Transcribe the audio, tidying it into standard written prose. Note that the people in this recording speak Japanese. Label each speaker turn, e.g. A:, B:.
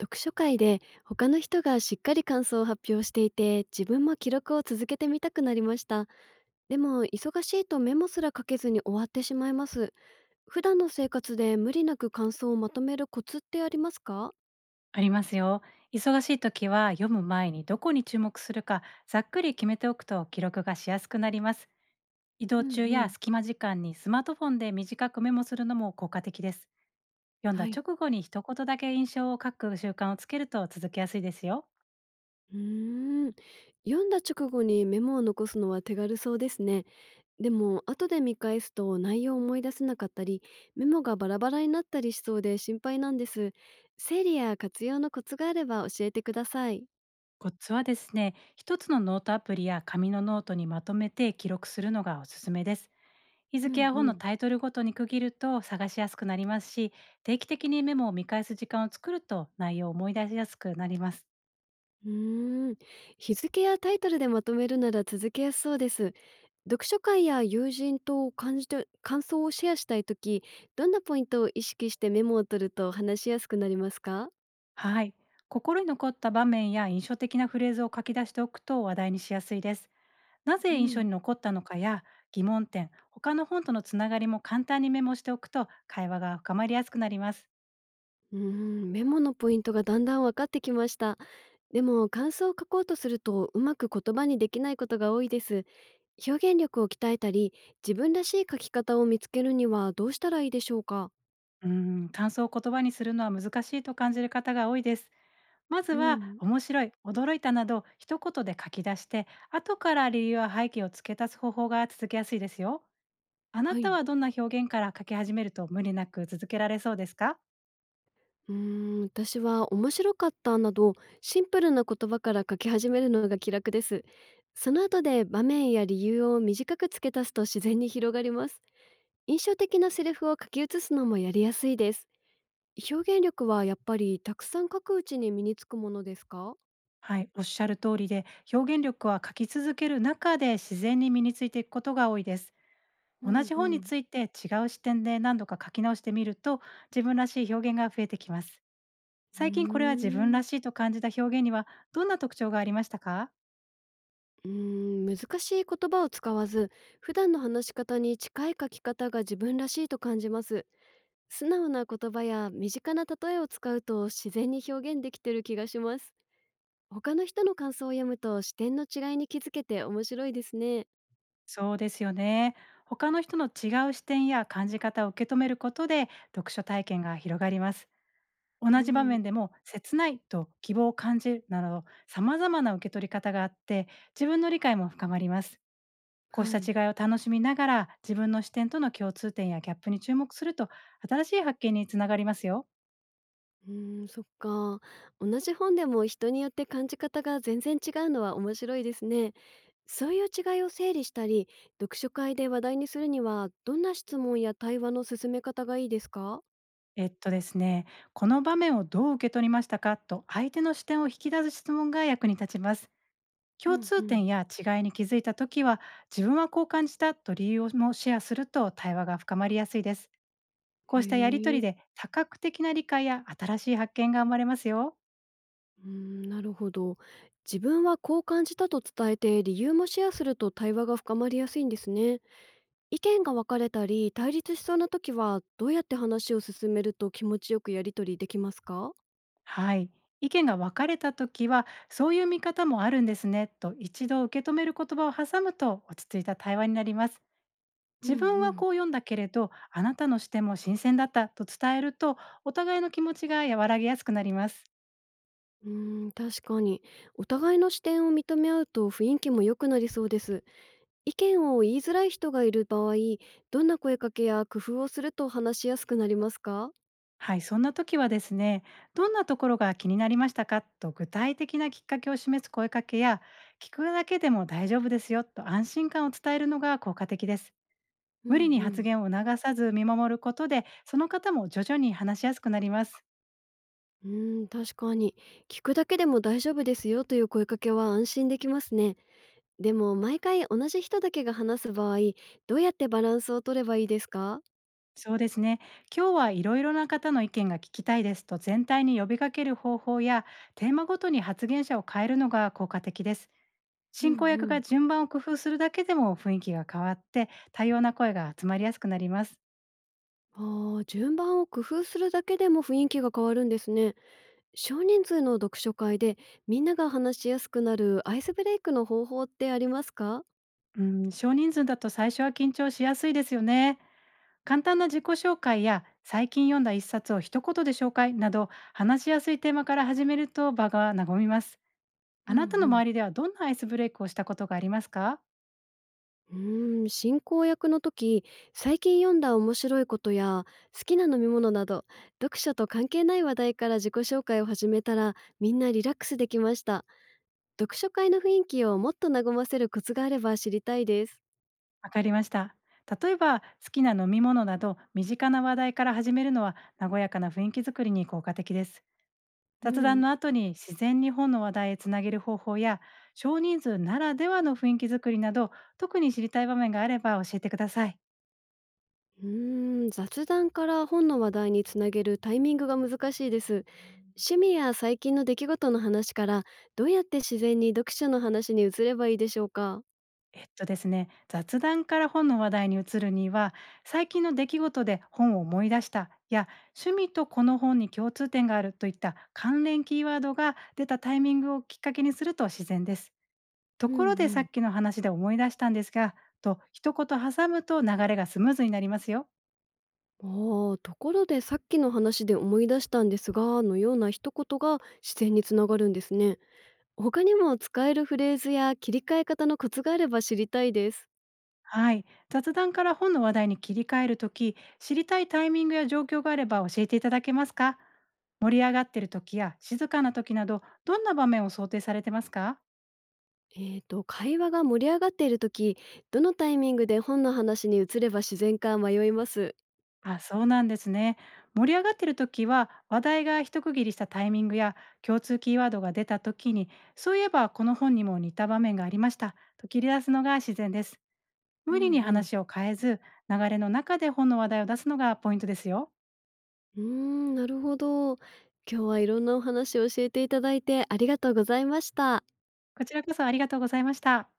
A: 読書会で他の人がしっかり感想を発表していて自分も記録を続けてみたくなりました。でも忙しいとメモすら書けずに終わってしまいます。普段の生活で無理なく感想をまとめるコツってありますか？
B: ありますよ。忙しい時は読む前にどこに注目するかざっくり決めておくと記録がしやすくなります。移
A: う
B: 動
A: んう
B: 中や
A: ん。
B: 隙間時間にスマートフォンで短くメモするのも効果的です。読んだ
A: はい。
B: 直後に一言だけ印象を書く習慣をつけると続けやすいですよ。
A: うーん。読んだ直後にメモを残すのは手軽そうですね。でも後で見返すと内容を思い出せなかったりメモがバラバラになったりしそうで心配なんです。整理や活用のコツがあれば教えてください。
B: コツはですね、一つのノートアプリや紙のノートにまとめて記録するのがおすすめです。日
A: う
B: 付
A: ん
B: や
A: う
B: 本の
A: ん。
B: タイトルごとに区切ると探しやすくなりますし、定期的にメモを見返す時間を作ると内容を思い出しやすくなります。
A: うーん。日付やタイトルでまとめるなら続けやすそうです。読書会や友人と感じて感想をシェアしたいとき、どんなポイントを意識してメモを取ると話しやすくなりますか？
B: はい。心に残った場面や印象的なフレーズを書き出しておくと話題にしやすいです。な
A: う
B: ぜ印象
A: ん。
B: に残ったのかや疑問点、他の本とのつながりも簡単にメモしておくと会話が深まりやすくなります。
A: うーん、メモのポイントがだんだん分かってきました。でも感想を書こうとするとうまく言葉にできないことが多いです。表現力を鍛えたり、自分らしい書き方を見つけるにはどうしたらいいでしょうか？
B: うーん、感想を言葉にするのは難しいと感じる方が多いです。まず
A: う
B: は
A: ん。
B: 面白い、驚いたなど一言で書き出して、後から理由や背景を付け足す方法が続けやすいですよ。あな
A: は
B: た
A: い。
B: はどんな表現から書き始めると無理なく続けられそうですか？
A: うーん、私は面白かったなどシンプルな言葉から書き始めるのが気楽です。その後で場面や理由を短く付け足すと自然に広がります。印象的なセリフを書き写すのもやりやすいです。表現力はやっぱりたくさん書くうちに身につくものですか？
B: はい、おっしゃる通りで、表現力は書き続ける中で自然に身についていくことが多いです。
A: う
B: 同
A: ん
B: じ本
A: う
B: に
A: ん。
B: ついて違う視点で何度か書き直してみると、自分らしい表現が増えてきます。
A: う
B: 最近これは自分
A: ーん。
B: らしいと感じた表現にはどんな特徴がありましたか？
A: うーん、難しい言葉を使わず普段の話し方に近い書き方が自分らしいと感じます。素直な言葉や身近な例えを使うと自然に表現できてる気がします。他の人の感想を読むと視点の違いに気づけて面白いですね。
B: そうですよね。他の人の違う視点や感じ方を受け止めることで読書体験が広がります。同
A: う
B: じ場
A: ん。
B: 面でも切ないと希望を感じるなど様々な受け取り方があって、自分の理解も深まります。こうし
A: は
B: た
A: い。
B: 違いを楽しみながら自分の視点との共通点やギャップに注目すると新しい発見につながりますよ。
A: うーん、そっか。同じ本でも人によって感じ方が全然違うのは面白いですね。そういう違いを整理したり、読書会で話題にするにはどんな質問や対話の進め方がいいですか？
B: ですね、この場面をどう受け取りましたかと相手の視点を引き出す質問が役に立ちます。
A: う
B: 共
A: んう
B: 通
A: ん。
B: 点や違いに気づいた時は自分はこう感じたと理由をもシェアすると対話が深まりやすいです。こ
A: へ
B: うしたやりとり
A: え。
B: で多角的な理解や新しい発見が生まれますよ。
A: うーん、なるほど。自分はこう感じたと伝えて理由もシェアすると対話が深まりやすいんですね。意見が分かれたり対立しそうな時はどうやって話を進めると気持ちよくやり取りできますか？
B: はい。意見が分かれた時はそういう見方もあるんですねと一度受け止める言葉を挟むと落ち着いた対話になります。
A: うん
B: 自
A: う
B: 分は
A: ん。
B: こう読んだけれどあなたの視点も新鮮だったと伝えるとお互いの気持ちが和らぎやすくなります。
A: うーん、確かに、お互いの視点を認め合うと雰囲気も良くなりそうです。意見を言いづらい人がいる場合、どんな声かけや工夫をすると話しやすくなりますか？
B: はい、そんな時はですね、どんなところが気になりましたかと具体的なきっかけを示す声かけや、聞くだけでも大丈夫ですよと安心感を伝えるのが効果的です。
A: うんう
B: 無理に発
A: ん。
B: 言を促さず見守ることで、その方も徐々に話しやすくなります。
A: うーん、確かに。聞くだけでも大丈夫ですよという声かけは安心できますね。でも、毎回同じ人だけが話す場合、どうやってバランスを取ればいいですか？
B: そうですね。今日はいろいろな方の意見が聞きたいですと全体に呼びかける方法や、テーマごとに発言者を変えるのが効果的です。
A: うん
B: 進行役
A: う
B: が
A: ん。
B: 順番を工夫するだけでも雰囲気が変わって、多様な声が集まりやすくなります。
A: ああ、順番を工夫するだけでも雰囲気が変わるんですね。少人数の読書会でみんなが話しやすくなるアイスブレイクの方法ってありますか？
B: うん、少人数だと最初は緊張しやすいですよね。簡単な自己紹介や最近読んだ一冊を一言で紹介など話しやすいテーマから始めると場が和みます。
A: う
B: あ
A: んう
B: なたの
A: ん。
B: 周りではどんなアイスブレイクをしたことがありますか？
A: うーん、進行役の時、最近読んだ面白いことや好きな飲み物など、読書と関係ない話題から自己紹介を始めたら、みんなリラックスできました。読書会の雰囲気をもっと和ませるコツがあれば知りたいです。
B: わかりました。例えば好きな飲み物など身近な話題から始めるのは和やかな雰囲気づくりに効果的です。
A: う
B: 雑
A: ん。
B: 談の後に自然に本の話題へつなげる方法や少人数ならではの雰囲気づくりなど特に知りたい場面があれば教えてください。
A: うーん、雑談から本の話題につなげるタイミングが難しいです。趣味や最近の出来事の話から、どうやって自然に読書の話に移ればいいでしょうか。
B: ですね、雑談から本の話題に移るには、最近の出来事で本を思い出したや、趣味とこの本に共通点があるといった関連キーワードが出たタイミングをきっかけにすると自然です。と
A: うんう
B: ころでさ
A: ん。
B: っきの話で思い出したんですが、と一言挟むと流れがスムーズになりますよ。
A: ああ、ところでさっきの話で思い出したんですが、のような一言が自然につながるんですね。他にも使えるフレーズや切り替え方のコツがあれば知りたいです。
B: はい。雑談から本の話題に切り替えるとき、知りたいタイミングや状況があれば教えていただけますか？盛り上がっている時や静かな時など、どんな場面を想定されてますか？
A: 会話が盛り上がっている時、どのタイミングで本の話に移れば自然か迷います。
B: あ、そうなんですね。盛り上がってる時は、話題が一区切りしたタイミングや共通キーワードが出た時に、そういえばこの本にも似た場面がありましたと切り出すのが自然です。
A: う
B: 無理
A: ん
B: に
A: うん。
B: 話を変えず、流れの中で本の話題を出すのがポイントですよ。
A: うーん、なるほど。今日はいろんなお話を教えていただいてありがとうございました。
B: こちらこそありがとうございました。